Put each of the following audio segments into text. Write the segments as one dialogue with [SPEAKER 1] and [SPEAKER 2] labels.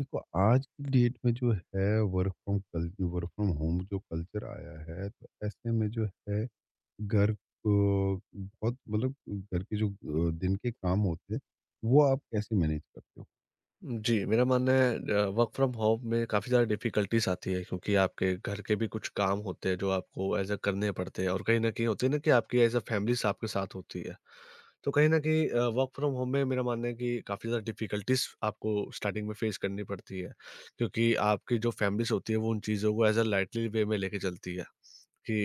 [SPEAKER 1] देखो, आज की डेट में जो है वर्क फ्रॉम होम जो कल्चर आया है, तो ऐसे में जो है घर को बहुत मतलब घर के जो दिन के काम होते हैं, वो आप कैसे मैनेज करते हो?
[SPEAKER 2] जी, मेरा मानना है वर्क फ्रॉम होम में काफ़ी ज़्यादा डिफ़िकल्टीज़ आती है, क्योंकि आपके घर के भी कुछ काम होते हैं जो आपको एज़ अ करने पड़ते हैं और कहीं न कहीं होते है ना कि आपकी एज़ अ फैमिलीज़ आपके साथ होती है। तो कहीं न कहीं वर्क फ्रॉम होम में मेरा मानना है कि काफ़ी ज़्यादा डिफ़िकल्टीज़ आपको स्टार्टिंग में फ़ेस करनी पड़ती है, क्योंकि आपकी जो फ़ैमिलीज़ होती है वो उन चीज़ों को एज़ अ लाइटली वे में लेके चलती है,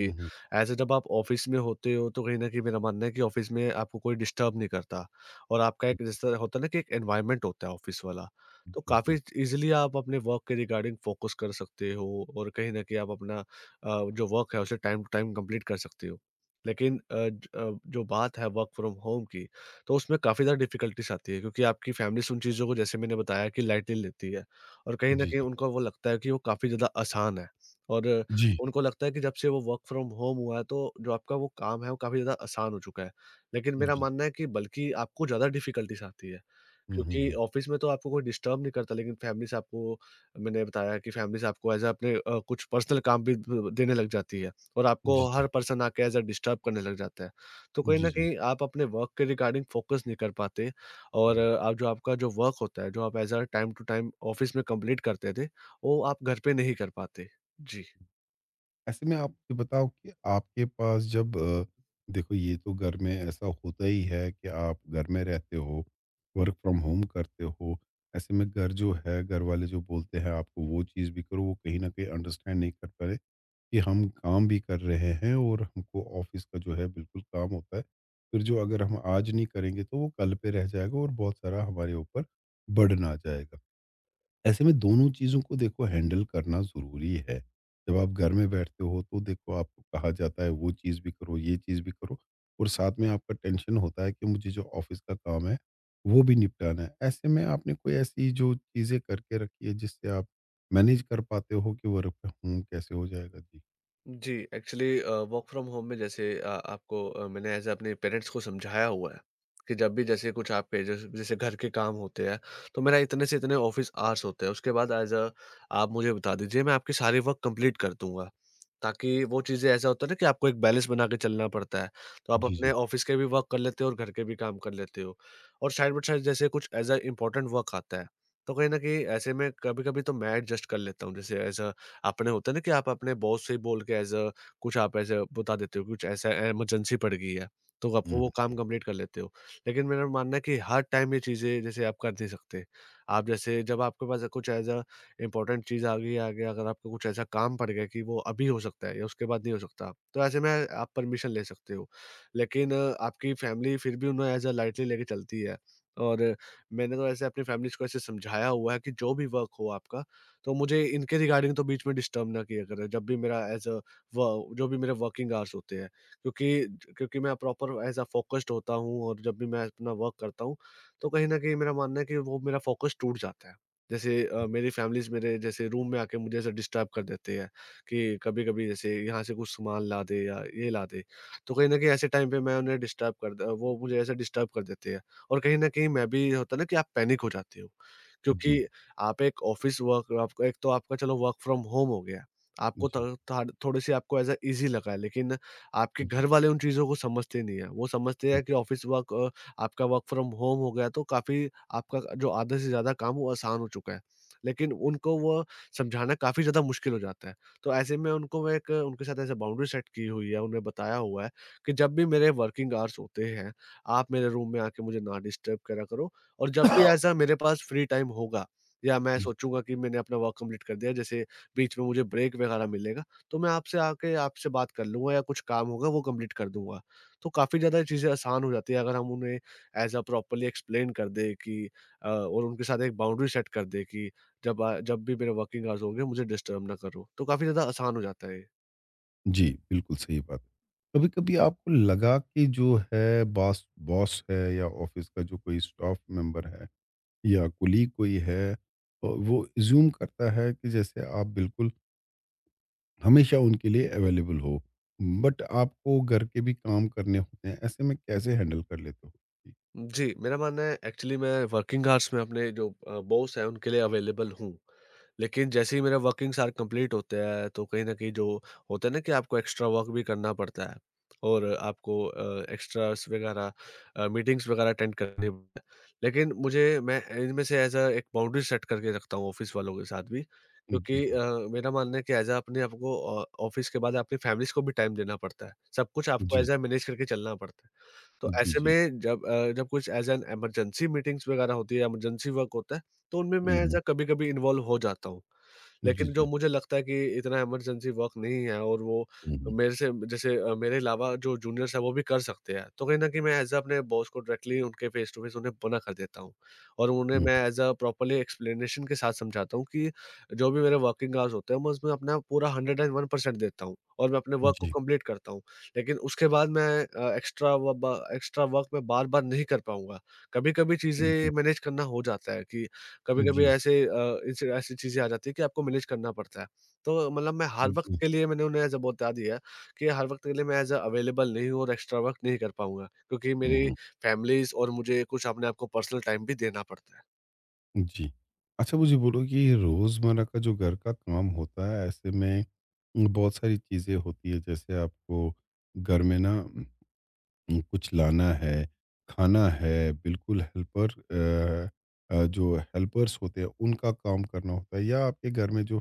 [SPEAKER 1] हम्म।
[SPEAKER 2] एज़ अ जब आप ऑफ़िस में होते हो तो कहीं न कहीं मेरा मानना है कि ऑफ़िस में आपको कोई डिस्टर्ब नहीं करता और आपका एक जैसा होता है ना कि एक एनवायरनमेंट होता है ऑफ़िस वाला। तो
[SPEAKER 1] जी जी।
[SPEAKER 2] काफ़ी ईज़िली आप अपने वर्क के रिगार्डिंग फ़ोकस कर सकते हो और कहीं न कहीं आप अपना जो वर्क है उसे टाइम टू टाइम कंप्लीट कर सकते हो। लेकिन जो बात है वर्क फ्रॉम होम की, तो उसमें काफ़ी ज़्यादा डिफ़िकल्टीज़ आती है, क्योंकि आपकी फ़ैमिलीज़ उन चीज़ों को जैसे मैंने बताया कि लाइटली लेती है और कहीं न
[SPEAKER 1] जी
[SPEAKER 2] कहीं
[SPEAKER 1] जी।
[SPEAKER 2] उनको वो लगता है कि वो काफ़ी ज़्यादा आसान है। और
[SPEAKER 1] जी
[SPEAKER 2] उनको लगता है कि जब से वो वर्क फ्रॉम होम हुआ है, तो जो आपका वो काम है, वो काफ़ी ज़्यादा आसान हो चुका है। लेकिन मेरा
[SPEAKER 1] जी।
[SPEAKER 2] मानना है कि बल्कि आपको ज़्यादा डिफ़िकल्टीज़ आती है। क्योंकि
[SPEAKER 1] हम्म।
[SPEAKER 2] ऑफ़िस में तो आपको कोई डिस्टर्ब नहीं करता, लेकिन फैमिली से आपको मैंने बताया कि फैमिली से आपको एज़ अ अपने कुछ पर्सनल काम भी ब देने लग जाती है और आपको
[SPEAKER 1] जी जी।
[SPEAKER 2] हर पर्सन आके एज़ अ डिस्टर्ब करने लग जाता है। तो कहीं
[SPEAKER 1] जी
[SPEAKER 2] न
[SPEAKER 1] जी।
[SPEAKER 2] कहीं आप अपने वर्क के रिगार्डिंग फ़ोकस नहीं कर पाते और
[SPEAKER 1] हम्म
[SPEAKER 2] आप जो आपका जो वर्क होता है, जो आप as a time to time office में कंप्लीट करते थे, वो आप घर पे नहीं कर पाते। जी।
[SPEAKER 1] ऐसे में आप ये बताओ कि आपके पास जब देखो, ये तो घर में ऐसा होता ही है कि आप घर में रहते हो, वर्क फ्रॉम होम करते हो, ऐसे में घर जो है, घर वाले जो बोलते हैं आपको वो चीज़ भी करो, वो कहीं न कहीं अंडरस्टैंड नहीं कर पा रहे कि हम काम भी कर रहे हैं और हमको ऑफ़िस का जो है बिल्कुल काम होता है। फिर जो अगर हम आज नहीं करेंगे तो वो कल पे रह जाएगा और बहुत सारा हमारे ऊपर बर्डन आ जाएगा। ऐसे में दोनों चीज़ों को देखो हैंडल करना ज़रूरी है। जब आप घर में बैठते हो तो देखो आपको कहा जाता है वो चीज़ भी करो, ये चीज़ भी करो, और साथ में आपका टेंशन होता है कि मुझे जो ऑफ़िस का काम है, वो भी निपटाना है। ऐसे में आपने कोई ऐसी जो चीज़ें करके रखी है जिससे आप मैनेज कर पाते हो कि वर्क फ्रॉम होम कैसे हो जाएगा? जी।
[SPEAKER 2] जी, एक्चुअली वर्क फ्रॉम होम में जैसे आपको मैंने एज़ अ अपने पेरेंट्स को समझाया हुआ है कि जब भी जैसे कुछ आपके जैसे जैसे घर के काम होते हैं, तो मेरा इतने से इतने ऑफ़िस आवर्स होते हैं। उसके बाद एज़ अ आप मुझे बता दीजिए, मैं आपके सारे वर्क कंप्लीट कर दूँगा। ताकि वो चीज़ें ऐसा होता है ना कि आपको एक बैलेंस बना के चलना पड़ता है। तो आप
[SPEAKER 1] जी,
[SPEAKER 2] अपने
[SPEAKER 1] जी।
[SPEAKER 2] ऑफ़िस के भी वर्क कर लेते हो और घर के भी काम कर लेते हो। और साइड बाय साइड जैसे कुछ एज़ अ इम्पोर्टेंट वर्क आता है, तो कहीं न कहीं ऐसे में कभी-कभी तो मैं एडजस्ट कर लेता हूँ। जैसे एज़ अ आपने होता है ना कि आप अपने बॉस से बोल के एज़ अ कुछ आप ऐसे बता देते हो, कुछ ऐसा इमरजेंसी पड़ गई है, तो आपको
[SPEAKER 1] हुँ,
[SPEAKER 2] वो
[SPEAKER 1] हुँ।
[SPEAKER 2] काम कंप्लीट कर लेते हो। लेकिन मेरा मानना है कि हर टाइम ये चीज़ें जैसे आप कर नहीं सकते। आप जैसे जब आपके पास कुछ एज़ अ इम्पोर्टेंट चीज़ आ गई, आगे अगर आपको कुछ ऐसा काम पड़ गया कि वो अभी हो सकता है या उसके बाद नहीं हो सकता, तो ऐसे में आप परमिशन ले सकते हो। लेकिन आपकी फैमिली फिर भी उन्हें एज़ अ लाइटली लेके चलती है। और मैंने तो ऐसे अपनी फैमिलीज़ को ऐसे समझाया हुआ है कि जो भी वर्क हो आपका, तो मुझे इनके रिगार्डिंग तो बीच में डिस्टर्ब ना किया करें जब भी मेरा एज अ व जो भी मेरे वर्किंग आवर्स होते हैं, क्योंकि क्योंकि मैं प्रॉपर एज अ फोकस्ड होता हूँ और जब भी मैं अपना वर्क करता हूँ, तो कहीं ना कहीं मेरा मानना है कि वो मेरा फोकस टूट जाता है। जैसे मेरी फैमिलीज मेरे जैसे रूम में आके मुझे ऐसे डिस्टर्ब कर देते हैं कि कभी कभी जैसे यहाँ से कुछ सामान ला दे या ये ला दे। तो कहीं ना कहीं ऐसे टाइम पे मैं उन्हें वो मुझे ऐसे डिस्टर्ब कर देते हैं और कहीं ना कहीं मैं भी होता है ना कि आप पैनिक हो जाते हो,
[SPEAKER 1] जी,
[SPEAKER 2] क्योंकि आप एक ऑफ़िस वर्क आपका एक तो आपका चलो वर्क फ्रॉम होम हो गया। आपको थो
[SPEAKER 1] जी,
[SPEAKER 2] थाड़ थोड़ी-सी आपको एज़ अ ईज़ी लगा है, लेकिन आपके
[SPEAKER 1] जी।
[SPEAKER 2] घर वाले उन चीज़ों को समझते नहीं हैं। वो समझते हैं कि ऑफ़िस वर्क आपका वर्क फ्रॉम होम हो गया तो काफ़ी आपका जो आधे से ज़्यादा काम वो आसान हो चुका है। लेकिन उनको वो समझाना काफ़ी ज़्यादा मुश्किल हो जाता है। तो ऐसे में उनको मैं एक उनके साथ ऐसे बाउंड्री सेट की हुई है, उन्हें बताया हुआ है कि जब भी मेरे वर्किंग आवर्स होते हैं, आप मेरे रूम में आके मुझे ना डिस्टर्ब करा करो। और जब भी ऐसा मेरे पास फ्री टाइम होगा या मैं
[SPEAKER 1] जी।
[SPEAKER 2] सोचूँगा कि मैंने अपना वर्क कंप्लीट कर दिया, जैसे बीच में मुझे ब्रेक वगैरह मिलेगा, तो मैं आपसे आके आपसे बात कर लूँगा या कुछ काम होगा वो कंप्लीट कर दूँगा। तो काफ़ी ज़्यादा ये चीज़ें आसान हो जाती है अगर हम उन्हें एज़ अ प्रॉपर्ली एक्सप्लेन कर दें कि और उनके साथ एक बाउंड्री सेट कर दें कि जब भी मेरे वर्किंग आवर्स होंगे मुझे डिस्टर्ब ना करो। तो काफ़ी ज़्यादा आसान हो जाता है ये।
[SPEAKER 1] जी, बिल्कुल सही बात है। कभी-कभी आपको लगा कि जो है बॉस, बॉस है या ऑफ़िस का जो कोई स्टाफ़ मेंबर है या कोलीग कोई है, वो अज़्यूम करता है कि जैसे आप बिल्कुल हमेशा उनके लिए अवेलेबल हो, बट आपको घर के भी काम करने होते हैं, ऐसे में कैसे हैंडल कर लेते हो?
[SPEAKER 2] जी, मेरा मानना है एक्चुअली मैं वर्किंग आवर्स में अपने जो बॉस हैं उनके लिए अवेलेबल हूँ। लेकिन जैसे ही मेरा वर्किंग्स आवर कंप्लीट होते हैं, तो कहीं न कहीं जो होता है ना कि आपको एक्स्ट्रा वर्क भी करना पड़ता है और आपको एक्स्ट्रास वगैरह मीटिंग्स वगैरह अटेंड करनी पड़ती है। लेकिन मुझे मैं इनमें से एज़ अ एक बाउंड्री सेट करके रखता हूँ ऑफ़िस वालों के साथ भी,
[SPEAKER 1] जी,
[SPEAKER 2] क्योंकि
[SPEAKER 1] जी।
[SPEAKER 2] मेरा मानना है कि एज़ अ अपने आपको ऑ ऑफ़िस के बाद अपनी फैमिलीज़ को भी टाइम देना पड़ता है। सब कुछ आपको
[SPEAKER 1] जी,
[SPEAKER 2] एज़ अ मैनेज करके चलना पड़ता है। तो
[SPEAKER 1] जी,
[SPEAKER 2] ऐसे
[SPEAKER 1] जी।
[SPEAKER 2] में जब कुछ एज़ एन इमरजेंसी मीटिंग्स वगैरह होती है, इमरजेंसी वर्क होता है, तो उनमें
[SPEAKER 1] हुँ,
[SPEAKER 2] मैं ऐज़
[SPEAKER 1] हुँ।
[SPEAKER 2] अ कभी-कभी इन्वॉल्व हो जाता हूँ।
[SPEAKER 1] जी,
[SPEAKER 2] लेकिन जो
[SPEAKER 1] जी।
[SPEAKER 2] मुझे लगता है कि इतना इमरजेंसी वर्क नहीं है और वो
[SPEAKER 1] हुँ, हुँ।
[SPEAKER 2] मेरे से जैसे मेरे अलावा जो जूनियर्स हैं वो भी कर सकते हैं, तो कहीं न कहीं मैं एज़ अ अपने बॉस को डायरेक्टली उनके फेस टू फेस उन्हें मना कर देता हूँ। और उन्हें
[SPEAKER 1] हुँ,
[SPEAKER 2] मैं एज़ अ प्रॉपर्ली एक्सप्लेनेशन के साथ समझाता हूँ कि जो भी मेरे वर्किंग आवर्स होते हैं, मैं उसमें अपना पूरा 101% देता हूँ और मैं अपने वर्क को
[SPEAKER 1] जी।
[SPEAKER 2] कंप्लीट करता हूँ। लेकिन उसके बाद मैं एक्स्ट्रा व ब एक्स्ट्रा वर्क मैं बार-बार नहीं कर पाऊँगा। कभी-कभी
[SPEAKER 1] जी,
[SPEAKER 2] चीज़ें मैनेज करना हो जाता है कि
[SPEAKER 1] जी,
[SPEAKER 2] कभी-कभी
[SPEAKER 1] जी।
[SPEAKER 2] ऐसे ऐसे ऐसी चीज़ें आ जाती हैं कि आपको मैनेज करना पड़ता है। तो मतलब मैं हर वक़्त के लिए मैंने उन्हें ऐसा बता दिया है कि हर वक़्त के लिए मैं एज़ अ अवेलेबल नहीं हूँ और एक्स्ट्रा वर्क नहीं कर पाऊँगा, क्योंकि
[SPEAKER 1] हुँ,
[SPEAKER 2] मेरी
[SPEAKER 1] हुँ।
[SPEAKER 2] फैमिलीज़ और मुझे कुछ अपने आप को पर्सनल टाइम भी देना पड़ता है।
[SPEAKER 1] जी। अच्छा, मुझे बोलो कि ये रोज़मर्रा का जो घर का काम होता है, ऐसे में बहुत सारी चीज़ें होती है। जैसे आपको घर में ना कुछ लाना है, खाना है, बिल्कुल हेल्पर अ जो हेल्पर्स होते हैं, उनका काम करना होता है, या आपके घर में जो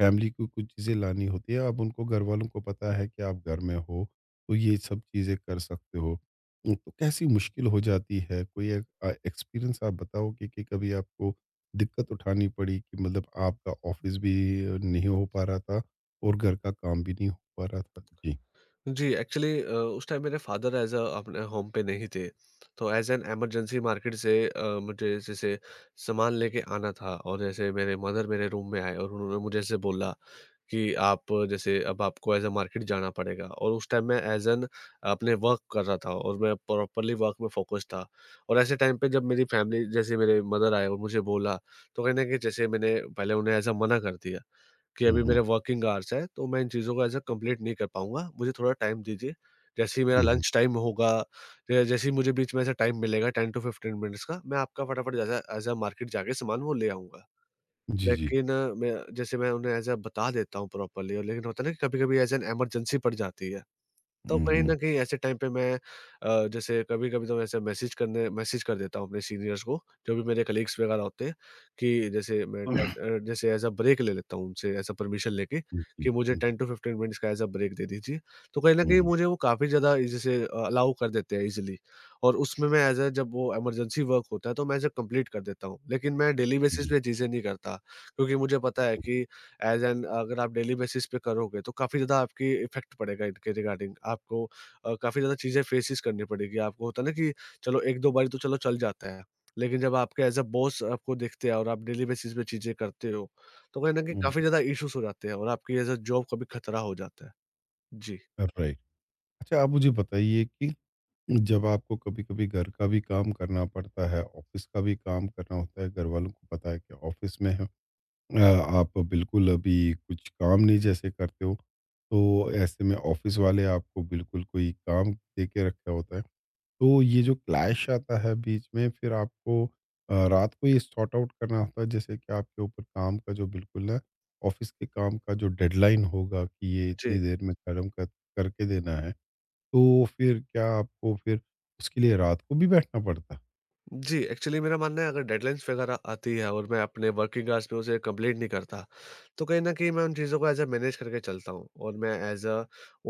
[SPEAKER 1] फैमिली को कुछ चीज़ें लानी होती है। अब उनको, घरवालों को पता है कि आप घर में हो, तो ये सब चीज़ें कर सकते हो। तो कैसी मुश्किल हो जाती है? कोई एक एक्सपीरियंस आप बताओ कि कभी आपको दिक्कत उठानी पड़ी कि मतलब आपका ऑफ़िस भी नहीं हो पा रहा था और घर का काम भी नहीं हो पा रहा था? जी।
[SPEAKER 2] जी, एक्चुअली उस टाइम मेरे फादर ऐज़ अ अपने होम पे नहीं थे। तो ऐज़ एन इमरजेंसी मार्केट से मुझे जैसे सामान लेके आना था और जैसे मेरे मदर मेरे रूम में आए और उन्होंने मुझे ऐसे बोला कि आप जैसे अब आपको ऐज़ अ मार्केट जाना पड़ेगा, और उस टाइम मैं ऐज़ एन अपने वर्क कर रहा था और मैं प्रॉपरली वर्क में फ़ोकस था। और ऐसे टाइम पे जब मेरी फैमिली जैसे मेरे मदर आए और मुझे बोला, तो कहीं न कहीं जैसे मैंने पहले उन्हें ऐज़ अ मना कर दिया कि
[SPEAKER 1] हुँ,
[SPEAKER 2] अभी
[SPEAKER 1] हुँ।
[SPEAKER 2] मेरे वर्किंग आवर्स हैं, तो मैं इन चीज़ों को ऐज़ अ कंप्लीट नहीं कर पाऊँगा, मुझे थोड़ा टाइम दीजिए। जैसे ही मेरा
[SPEAKER 1] हुँ, हुँ।
[SPEAKER 2] लंच टाइम होगा, या जैसे ही मुझे बीच में ऐसा टाइम मिलेगा 10 टू 15 मिनट्स का, मैं आपका फटाफट जैसा ऐज़ अ मार्केट जाके सामान वो ले आऊँगा।
[SPEAKER 1] जी, जी।
[SPEAKER 2] लेकिन मैं जैसे मैं उन्हें ऐज़ अ बता देता हूँ प्रॉपर्ली और लेकिन होता है ना कि कभी-कभी ऐज़ एन इमरजेंसी पड़ जाती है। तो
[SPEAKER 1] हुँ,
[SPEAKER 2] कहीं
[SPEAKER 1] हुँ।
[SPEAKER 2] न कहीं ऐसे टाइम पे मैं जैसे कभी-कभी तो मैं ऐसे मैसेज कर देता हूँ अपने सीनियर्स को, जो भी मेरे कलीग्स वगैरह होते हैं कि जैसे
[SPEAKER 1] जी,
[SPEAKER 2] जैसे ऐज़ अ ब्रेक ले लेता हूँ उनसे ऐज़ अ परमिशन लेके
[SPEAKER 1] जी,
[SPEAKER 2] कि मुझे
[SPEAKER 1] जी,
[SPEAKER 2] 10 टू 15 मिनट्स का ऐज़ अ ब्रेक दे दीजिए। तो कहीं न
[SPEAKER 1] हुँ,
[SPEAKER 2] कहीं
[SPEAKER 1] हुँ।
[SPEAKER 2] मुझे वो काफ़ी ज़्यादा जैसे अलाउ कर देते हैं ईज़िली और उसमें मैं ऐज़ अ जब वो इमरजेंसी वर्क होता है तो मैं ऐज़ अ कंप्लीट कर देता हूँ। लेकिन मैं डेली
[SPEAKER 1] जी,
[SPEAKER 2] बेसिस
[SPEAKER 1] जी,
[SPEAKER 2] पे ये चीज़ें नहीं करता, क्योंकि मुझे पता है
[SPEAKER 1] जी।
[SPEAKER 2] कि एज़ एन अगर आप डेली बेसिस पे करोगे तो काफ़ी ज़्यादा आपकी इफ़ेक्ट पड़ेगा इनके रिगार्डिंग। आपको काफ़ी ज़्यादा चीज़ें फेसेस करनी पड़ेगी। आपको होता है ना कि चलो 1-2 बारी तो चलो चल जाता है। लेकिन जब आपके एज़ अ बॉस आपको देखते हैं और आप डेली बेसिस पे चीज़ें करते हो, तो कहीं न कहीं
[SPEAKER 1] हुँ, हुँ।
[SPEAKER 2] काफ़ी ज़्यादा इश्यूज़ हो जाते हैं और आपकी एज़ अ जॉब का भी खतरा हो जाता है। जी।
[SPEAKER 1] राइट। अच्छा, आप मुझे बताइए कि जब आपको कभी-कभी घर का भी काम करना पड़ता है, ऑफ़िस का भी काम करना होता है, घर वालों को पता है कि ऑफ़िस में है, अ, आप बिल्कुल अभी कुछ काम नहीं जैसे करते हो, तो ऐसे में ऑफ़िस वाले आपको बिल्कुल कोई काम दे के रखा होता है। तो ये जो क्लैश आता है बीच में, फिर आपको रात को ये सॉर्ट आउट करना होता है जैसे कि आपके ऊपर काम का जो बिल्कुल ना ऑफिस के काम का जो डेडलाइन होगा कि ये इतनी
[SPEAKER 2] जी।
[SPEAKER 1] देर में खत्म कर करके देना है, तो फिर क्या आपको फिर उसके लिए रात को भी बैठना पड़ता है?
[SPEAKER 2] जी, एक्चुअली मेरा मानना है, अगर डेडलाइन्स वगैरह आती है और मैं अपने वर्किंग आवर्स में उसे कंप्लीट नहीं करता, तो कहीं न कहीं मैं उन चीज़ों को ऐज़ अ मैनेज करके चलता हूँ और मैं ऐज़ अ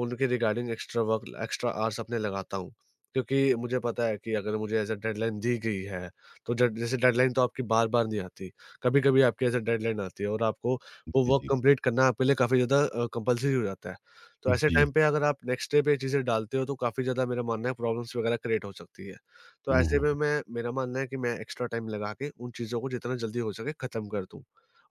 [SPEAKER 2] उनके regarding extra work extra hours अपने लगाता हूँ। क्योंकि मुझे पता है कि अगर मुझे ऐज़ अ डेडलाइन दी गई है, तो ज जैसे डेडलाइन तो आपकी बार-बार नहीं आती, कभी-कभी आपकी ऐज़ अ डेडलाइन आती है और आपको वो
[SPEAKER 1] जी।
[SPEAKER 2] वर्क
[SPEAKER 1] जी।
[SPEAKER 2] कंप्लीट करना आपके लिए काफ़ी ज़्यादा कंपल्सरी हो जाता है। तो ऐसे
[SPEAKER 1] जी।
[SPEAKER 2] टाइम पे अगर आप नेक्स्ट डे पे ये चीज़ें डालते हो, तो काफ़ी ज़्यादा मेरा मानना है प्रॉब्लम्स वगैरह क्रिएट हो सकती है। तो
[SPEAKER 1] हम्म, हम्म,
[SPEAKER 2] ऐसे में मैं मेरा मानना है कि मैं एक्स्ट्रा टाइम लगा के उन चीज़ों को जितना जल्दी हो सके ख़त्म कर दूँ।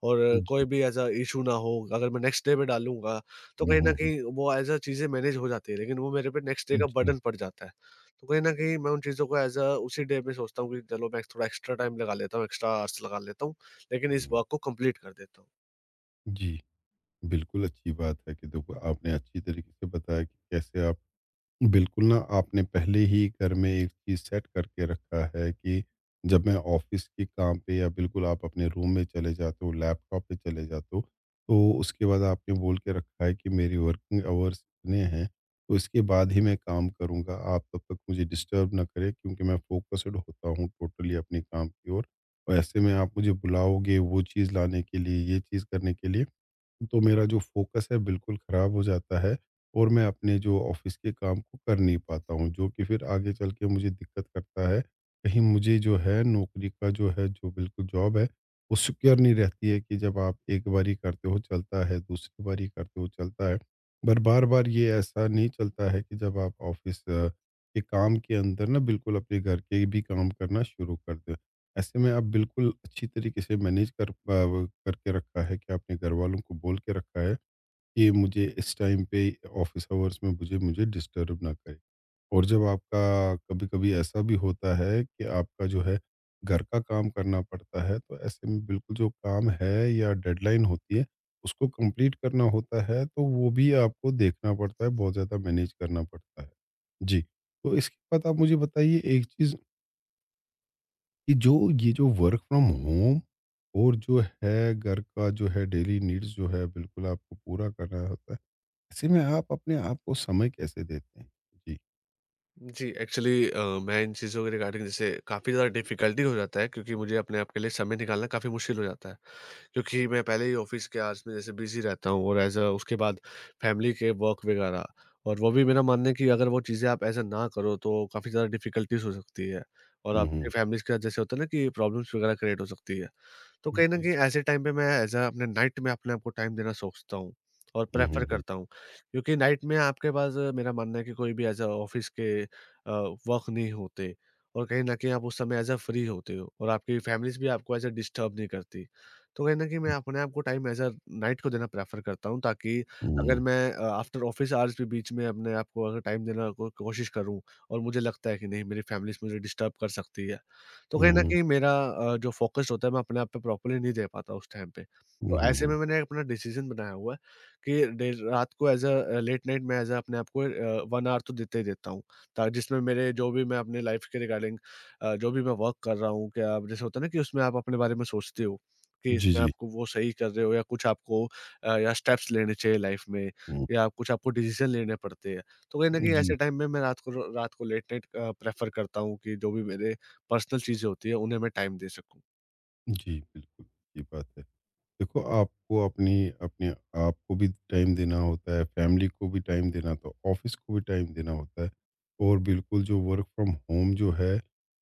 [SPEAKER 2] और कोई
[SPEAKER 1] जी।
[SPEAKER 2] भी ऐसा इश्यू ना हो, अगर मैं नेक्स्ट डे पे डालूँगा, तो
[SPEAKER 1] हम्म,
[SPEAKER 2] कहीं न
[SPEAKER 1] हम्म,
[SPEAKER 2] कहीं वो एज़ अ चीज़ें मैनेज हो जाती है, लेकिन वो मेरे पे नेक्स्ट डे का
[SPEAKER 1] जी।
[SPEAKER 2] बर्डन पड़ जाता है। तो कहीं न कहीं मैं उन चीज़ों को एज़ अ उसी डे में सोचता हूँ कि चलो मैं थोड़ा एक्स्ट्रा टाइम लगा लेता हूँ, एक्स्ट्रा आवर्स लगा लेता हूँ, लेकिन इस
[SPEAKER 1] हम्म,
[SPEAKER 2] वर्क को कंप्लीट कर देता हूँ।
[SPEAKER 1] जी। बिल्कुल अच्छी बात है कि देखो, आपने अच्छी तरीके से बताया कि कैसे आप बिल्कुल ना, आपने पहले ही घर में एक चीज़ सेट करके रखा है कि जब मैं ऑफ़िस के काम पे या बिल्कुल आप अपने रूम में चले जाते हो, लैपटॉप पे चले जाते हो, तो उसके बाद आपने बोल के रखा है कि मेरी वर्किंग आवर्स इतने हैं, तो इसके बाद ही मैं काम करूँगा। आप तब तक मुझे डिस्टर्ब ना करें, क्योंकि मैं फ़ोकस्ड होता हूँ टोटली अपने काम की ओर, और ऐसे में आप मुझे बुलाओगे वो चीज़ लाने के लिए, ये चीज़ करने के लिए, तो मेरा जो फ़ोकस है बिल्कुल ख़राब हो जाता है, और मैं अपने जो ऑफ़िस के काम को कर नहीं पाता हूँ, जो कि फिर आगे चल के मुझे दिक्कत करता है। कहीं मुझे जो है नौकरी का जो है, जो बिल्कुल जॉब है, वो सिक्योर नहीं रहती है कि जब आप एक बारी करते हो चलता है, दूसरी बारी करते हो चलता है। पर बार-बार ये ऐसा नहीं चलता है कि जब आप ऑफ़िस के काम के अंदर ना बिल्कुल अपने घर के भी काम करना शुरू कर दें। ऐसे में आप बिल्कुल अच्छी तरीके से वो करके रखा है कि आपने घर वालों को बोल के रखा है कि मुझे इस टाइम पे, ऑफिस आवर्स में, मुझे मुझे डिस्टर्ब ना करे। और जब आपका कभी कभी ऐसा भी होता है कि आपका जो है घर का काम करना पड़ता है, तो ऐसे में बिल्कुल जो काम है या डेडलाइन होती है उसको कंप्लीट करना होता है, तो वो भी आपको देखना पड़ता है, बहुत ज़्यादा मैनेज करना पड़ता है। जी। तो इसके बाद आप मुझे बताइए एक चीज़ कि जो ये जो वर्क फ्रॉम होम और जो है घर का जो है डेली नीड्स जो है बिल्कुल आपको पूरा करना होता है, ऐसे में आप अपने आप को समय कैसे देते हैं? जी।
[SPEAKER 2] जी, एक्चुअली मैं इन चीज़ों के रिगार्डिंग जैसे काफ़ी ज़्यादा डिफ़िकल्टी हो जाता है क्योंकि मुझे अपने आप के लिए समय निकालना काफ़ी मुश्किल हो जाता है। क्योंकि मैं पहले ही ऑफिस के आवर्स में जैसे बिज़ी रहता हूँ और एज़ अ उसके बाद फैमिली के वर्क वगैरह, और वो भी मेरा मानना है कि अगर वो चीज़ें आप एज़ अ ना करो तो काफ़ी ज़्यादा डिफ़िकल्टीज़ हो सकती है, और
[SPEAKER 1] हुँ, हुँ।
[SPEAKER 2] आपकी फैमिली के साथ जैसे होता है ना कि प्रॉब्लम्स वगैरह क्रिएट हो सकती है। तो कहीं न
[SPEAKER 1] जी।
[SPEAKER 2] कहीं ऐसे टाइम पे मैं एज़ अ अपने नाइट में अपने आप को टाइम देना सोचता हूँ और
[SPEAKER 1] हुँ, हुँ,
[SPEAKER 2] प्रेफ़र
[SPEAKER 1] हुँ।
[SPEAKER 2] करता हूँ। क्योंकि नाइट में आपके पास मेरा मानना है कि कोई भी एज़ अ ऑफ़िस के वर्क नहीं होते, और कहीं न कहीं आप उस समय एज़ अ फ्री होते हो और आपकी फ़ैमिलीज़ भी आपको एज़ अ डिस्टर्ब नहीं करती। तो कहीं न कहीं मैं अपने आप को टाइम एज़ अ नाइट को देना प्रेफ़र करता हूँ, ताकि
[SPEAKER 1] हुँ,
[SPEAKER 2] अगर
[SPEAKER 1] हुँ,
[SPEAKER 2] मैं आफ्टर ऑफ़िस आवर्स भी बीच में अपने आप को अगर टाइम देना को कोशिश करूँ और मुझे लगता है कि नहीं, मेरी फ़ैमिलीज़ मुझे डिस्टर्ब कर सकती है। तो कहीं न
[SPEAKER 1] हुँ,
[SPEAKER 2] कहीं मेरा जो फ़ोकस्ड होता है मैं अपने आप पे प्रॉपरली नहीं दे पाता उस टाइम पे।
[SPEAKER 1] हुँ,
[SPEAKER 2] तो
[SPEAKER 1] हुँ,
[SPEAKER 2] ऐसे
[SPEAKER 1] हुँ।
[SPEAKER 2] में मैंने अपना डिसीज़न बनाया हुआ है कि देर रात को एज़ अ, लेट नाइट मैं एज़ अ, अपने आप को 1 आवर तो देता ही देता हूँ। ता जिसमें मेरे जो भी मैं अपनी लाइफ़ के रिगार्डिंग जो भी मैं वर्क कर रहा हूँ, जैसे होता है ना कि उसमें आप अपने बारे में सोचते हो कि
[SPEAKER 1] जी,
[SPEAKER 2] इसमें
[SPEAKER 1] जी।
[SPEAKER 2] आपको वो सही कर रहे हो, या कुछ आपको या स्टेप्स लेने चाहिए लाइफ़ में,
[SPEAKER 1] हुँ,
[SPEAKER 2] या कुछ आपको डिसीज़न लेने पड़ते हैं। तो कहीं न कहीं
[SPEAKER 1] जी,
[SPEAKER 2] ऐसे टाइम में मैं रात को लेट नाइट प्रेफ़र करता हूँ कि जो भी मेरे पर्सनल चीज़ें होती हैं, उन्हें मैं टाइम दे सकूँ।
[SPEAKER 1] जी, बिल्कुल, ये बात है। देखो, आपको अपनी, अपने आप को भी टाइम देना होता है, फैमिली को भी टाइम देना, तो ऑफिस को भी टाइम देना होता है। और बिल्कुल जो वर्क फ्रॉम होम जो है,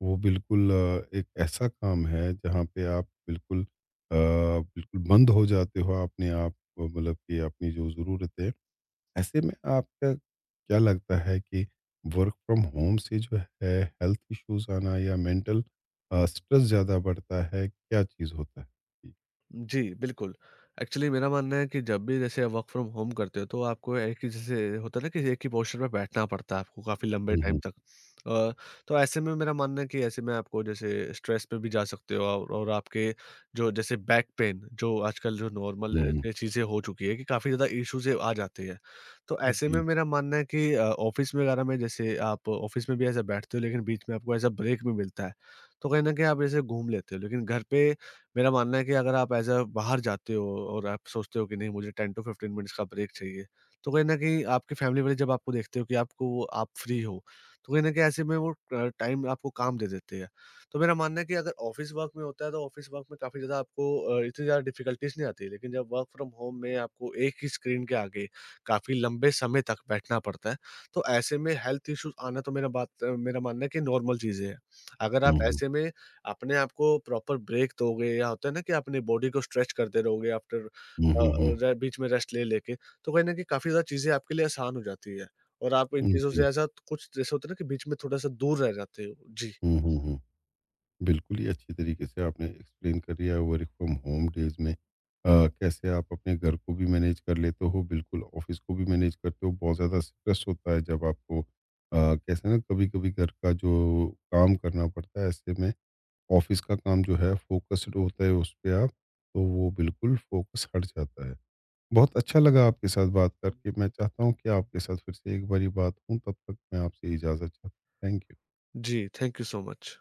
[SPEAKER 1] वो बिल्कुल एक ऐसा काम है जहाँ पे आप बिल्कुल बिल्कुल बंद हो जाते हो अपने आप को, मतलब कि अपनी जो ज़रूरत है। ऐसे में आपका क्या लगता है कि वर्क फ्रॉम होम से जो है हेल्थ इश्यूज आना या मेंटल स्ट्रेस ज़्यादा बढ़ता है, क्या चीज़ होता है?
[SPEAKER 2] जी, बिल्कुल। एक्चुअली मेरा मानना है कि जब भी जैसे वर्क फ्रॉम होम करते हो, तो आपको एक ही जैसे होता है ना कि एक ही पोस्चर पे बैठना पड़ता है आपको काफ़ी लंबे टाइम
[SPEAKER 1] हम्म
[SPEAKER 2] तक। अ, तो ऐसे में मेरा मानना है कि ऐसे में आपको जैसे स्ट्रेस पे भी जा सकते हो, और आपके जो जैसे बैक पेन जो आजकल जो नॉर्मल
[SPEAKER 1] हम्म।
[SPEAKER 2] ये चीज़ें हो चुकी है कि काफ़ी ज़्यादा इश्यूज़ ये आ जाती है। तो ऐसे में
[SPEAKER 1] जी।
[SPEAKER 2] मेरा मानना है कि ऑफ़िस वगैरह में जैसे आप ऑफ़िस में भी ऐसे बैठते हो, लेकिन बीच में आपको ऐसा ब्रेक भी मिलता है। तो कहीं न कहीं आप जैसे घूम लेते हो, लेकिन घर पे मेरा मानना है कि अगर आप एज़ अ बाहर जाते हो और आप सोचते हो कि नहीं, मुझे 10 टू 15 मिनट्स का ब्रेक चाहिए, तो कहीं न कहीं आपके फैमिली वाले जब आपको देखते हो कि आपको वो आप फ्री हो, तो कहीं न कहीं ऐसे में वो टाइम आपको काम दे देते हैं। तो मेरा मानना है कि अगर ऑफ़िस वर्क में होता है तो ऑफ़िस वर्क में काफ़ी ज़्यादा आपको इतनी ज़्यादा डिफ़िकल्टीज़ नहीं आती, लेकिन जब वर्क फ्रॉम होम में आपको एक ही स्क्रीन के आगे काफ़ी लंबे समय तक बैठना पड़ता है, तो ऐसे में हेल्थ इश्यूज़ आना तो मेरा बात मेरा मानना है कि नॉर्मल चीज़ें हैं। अगर आप
[SPEAKER 1] हुँ, हुँ।
[SPEAKER 2] ऐसे में अपने आप को प्रॉपर ब्रेक दोगे या होता है ना कि अपनी बॉडी को स्ट्रेच करते रहोगे, आफ्टर
[SPEAKER 1] हुँ,
[SPEAKER 2] अ,
[SPEAKER 1] हुँ, हुँ।
[SPEAKER 2] रे बीच में रेस्ट ले लेके, तो कहीं न कहीं काफ़ी ज़्यादा चीज़ें आपके लिए आसान हो जाती है और आप इन
[SPEAKER 1] हुँ,
[SPEAKER 2] चीज़ों
[SPEAKER 1] जी।
[SPEAKER 2] से ऐसा कुछ जैसे होता है ना कि बीच में थोड़ा-सा दूर रह जाते हो। जी।
[SPEAKER 1] हुँ, हुँ, हुँ। बिल्कुल ही अच्छी तरीके से आपने एक्सप्लेन कर दिया वर्क फ्रॉम होम डेज़ में कैसे आप अपने घर को भी मैनेज कर लेते हो, बिल्कुल ऑफ़िस को भी मैनेज करते हो। बहुत ज़्यादा स्ट्रेस होता है जब आपको कैसे ना कभी-कभी घर का जो काम करना पड़ता है, ऐसे में ऑफ़िस का काम जो है फ़ोकस्ड होता है उस पे आप, तो वो बिल्कुल फ़ोकस हट जाता है। बहुत अच्छा लगा आपके साथ बात करके। मैं चाहता हूँ कि आपके साथ फिर से एक बारी बात हो, तब तक मैं आपसे इजाज़त चाहता हूँ। Thank you.
[SPEAKER 2] जी, थैंक यू सो मच।